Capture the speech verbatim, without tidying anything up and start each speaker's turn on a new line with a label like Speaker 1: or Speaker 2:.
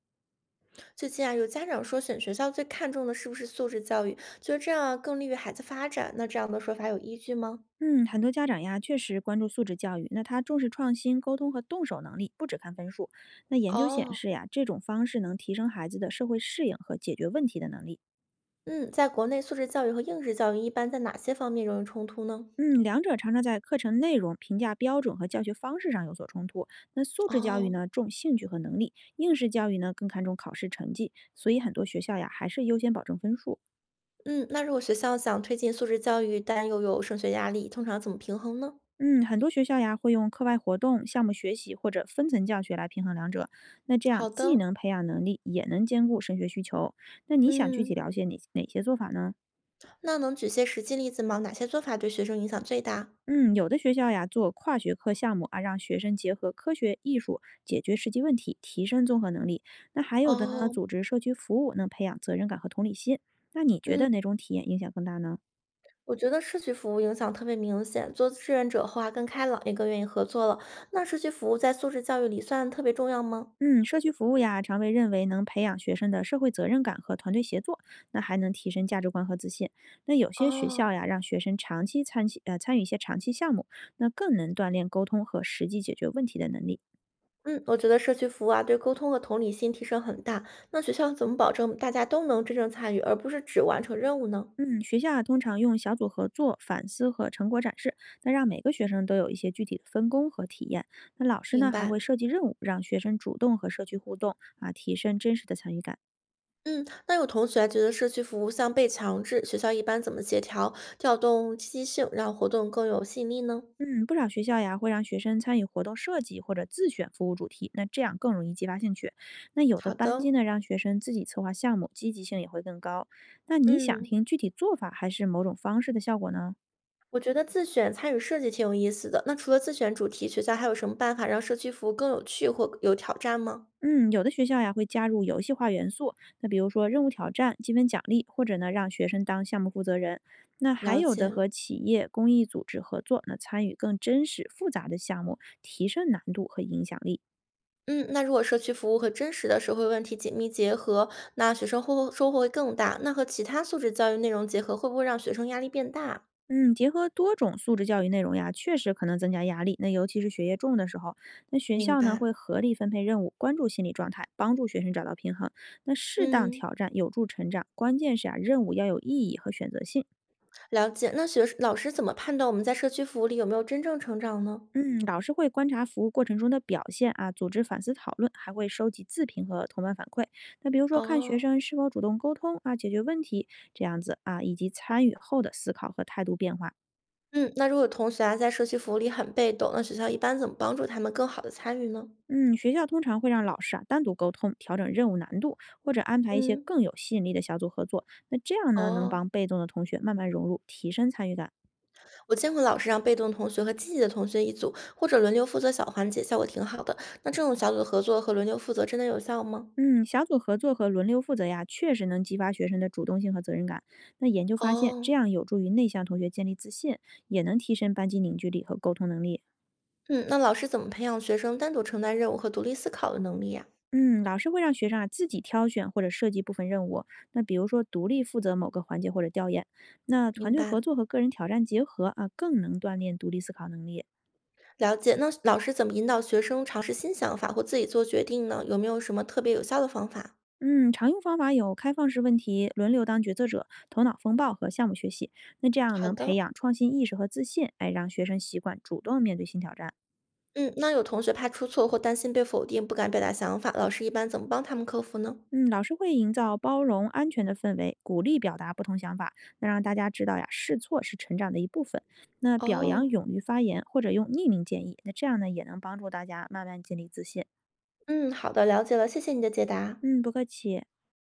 Speaker 1: 最近啊，有家长说选学校最看重的是不是素质教育，觉得这样啊更利于孩子发展。那这样的说法有依据吗？
Speaker 2: 嗯，很多家长呀，确实关注素质教育，那他重视创新、沟通和动手能力，不只看分数。那研究显
Speaker 1: 哦，
Speaker 2: 示呀，这种方式能提升孩子的社会适应和解决问题的能力。
Speaker 1: 嗯，在国内素质教育和应试教育一般在哪些方面容易冲突呢？
Speaker 2: 嗯，两者常常在课程内容、评价标准和教学方式上有所冲突。那素质教育
Speaker 1: 哦，
Speaker 2: 呢，重兴趣和能力；应试教育呢，更看重考试成绩。所以很多学校呀，还是优先保证分数。
Speaker 1: 嗯，那如果学校想推进素质教育，但又有升学压力，通常怎么平衡呢？
Speaker 2: 嗯，很多学校呀会用课外活动、项目学习或者分层教学来平衡两者。那这样
Speaker 1: 好
Speaker 2: 既
Speaker 1: 的，
Speaker 2: 能培养能力，也能兼顾升学需求。那你想具
Speaker 1: 嗯，
Speaker 2: 体了解哪哪些做法呢？
Speaker 1: 那能举些实际例子吗？哪些做法对学生影响最大？
Speaker 2: 嗯，有的学校呀做跨学科项目啊，让学生结合科学、艺术解决实际问题，提升综合能力。那还有的呢，
Speaker 1: 哦，
Speaker 2: 组织社区服务能培养责任感和同理心。那你觉
Speaker 1: 嗯。
Speaker 2: 得哪种体验影响更大呢？
Speaker 1: 我觉得社区服务影响特别明显，做志愿者后啊更开朗，也更愿意合作了。那社区服务在素质教育里算特别重要吗？
Speaker 2: 嗯，社区服务呀，常被认为能培养学生的社会责任感和团队协作，那还能提升价值观和自信。那有些学校
Speaker 1: 哦，
Speaker 2: 呀，让学生长期参期呃参与一些长期项目，那更能锻炼沟通和实际解决问题的能力。
Speaker 1: 嗯，我觉得社区服务啊对沟通和同理心提升很大。那学校怎么保证大家都能真正参与，而不是只完成任务呢？
Speaker 2: 嗯，学校啊，通常用小组合作、反思和成果展示，那让每个学生都有一些具体的分工和体验。那老师
Speaker 1: 明
Speaker 2: 呢，还
Speaker 1: 白。
Speaker 2: 会设计任务，让学生主动和社区互动啊，提升真实的参与感。
Speaker 1: 嗯，那有同学觉得社区服务像被强制，学校一般怎么协调调动积极性，让活动更有吸引力呢？
Speaker 2: 嗯，不少学校呀会让学生参与活动设计或者自选服务主题，那这样更容易激发兴趣。那有的
Speaker 1: 好
Speaker 2: 班级
Speaker 1: 的，
Speaker 2: 呢让学生自己策划项目，积极性也会更高。那你想
Speaker 1: 嗯。
Speaker 2: 听具体做法还是某种方式的效果呢？
Speaker 1: 我觉得自选参与设计挺有意思的。那除了自选主题，学校还有什么办法让社区服务更有趣或有挑战吗？
Speaker 2: 嗯，有的学校呀会加入游戏化元素，那比如说任务挑战、积分奖励，或者呢让学生当项目负责人。那还
Speaker 1: 了
Speaker 2: 有的
Speaker 1: 解。
Speaker 2: 和企业、公益组织合作，那参与更真实复杂的项目，提升难度和影响力。
Speaker 1: 嗯，那如果社区服务和真实的社会问题紧密结合，那学生获收获会更大。那和其他素质教育内容结合，会不会让学生压力变大？
Speaker 2: 嗯，结合多种素质教育内容呀，确实可能增加压力。那尤其是学业重的时候，那学
Speaker 1: 明
Speaker 2: 校呢
Speaker 1: 白。
Speaker 2: 会合理分配任务，关注心理状态，帮助学生找到平衡。那适当
Speaker 1: 嗯，
Speaker 2: 挑战有助成长，关键是啊，任务要有意义和选择性。
Speaker 1: 了解。那学老师怎么判断我们在社区服务里有没有真正成长呢？
Speaker 2: 嗯，老师会观察服务过程中的表现啊，组织反思讨论，还会收集自评和同伴反馈。那比如说看学
Speaker 1: 哦，
Speaker 2: 生是否主动沟通啊，解决问题这样子啊，以及参与后的思考和态度变化。
Speaker 1: 嗯，那如果有同学啊在社区服务里很被动，那学校一般怎么帮助他们更好的参与呢？
Speaker 2: 嗯，学校通常会让老师啊单独沟通，调整任务难度，或者安排一些
Speaker 1: 嗯，
Speaker 2: 更有吸引力的小组合作。那这样呢，能
Speaker 1: 哦。
Speaker 2: 帮被动的同学慢慢融入，提升参与感。
Speaker 1: 我见过老师让被动同学和积极的同学一组，或者轮流负责小环节，效果挺好的。那这种小组合作和轮流负责真的有效吗？
Speaker 2: 嗯，小组合作和轮流负责呀，确实能激发学生的主动性和责任感。那研究发现，这
Speaker 1: 哦，
Speaker 2: 样有助于内向同学建立自信，也能提升班级凝聚力和沟通能力。
Speaker 1: 嗯，那老师怎么培养学生单独承担任务和独立思考的能力呀、
Speaker 2: 嗯，老师会让学生啊自己挑选或者设计部分任务，那比如说独立负责某个环节或者调研。那团
Speaker 1: 明
Speaker 2: 队
Speaker 1: 白，
Speaker 2: 合作和个人挑战结合啊，更能锻炼独立思考能力。
Speaker 1: 了解。那老师怎么引导学生尝试新想法或自己做决定呢？有没有什么特别有效的方法？
Speaker 2: 嗯，常用方法有开放式问题、轮流当决策者、头脑风暴和项目学习。那这样
Speaker 1: 好
Speaker 2: 能培
Speaker 1: 的，
Speaker 2: 养创新意识和自信，哎，让学生习惯主动面对新挑战。
Speaker 1: 嗯，那有同学怕出错或担心被否定，不敢表达想法，老师一般怎么帮他们克服呢？
Speaker 2: 嗯，老师会营造包容、安全的氛围，鼓励表达不同想法，那让大家知道呀，试错是成长的一部分。那表扬
Speaker 1: 哦，
Speaker 2: 勇于发言，或者用匿名建议，那这样呢，也能帮助大家慢慢建立自信。
Speaker 1: 嗯，好的，了解了，谢谢你的解答。
Speaker 2: 嗯，不客气。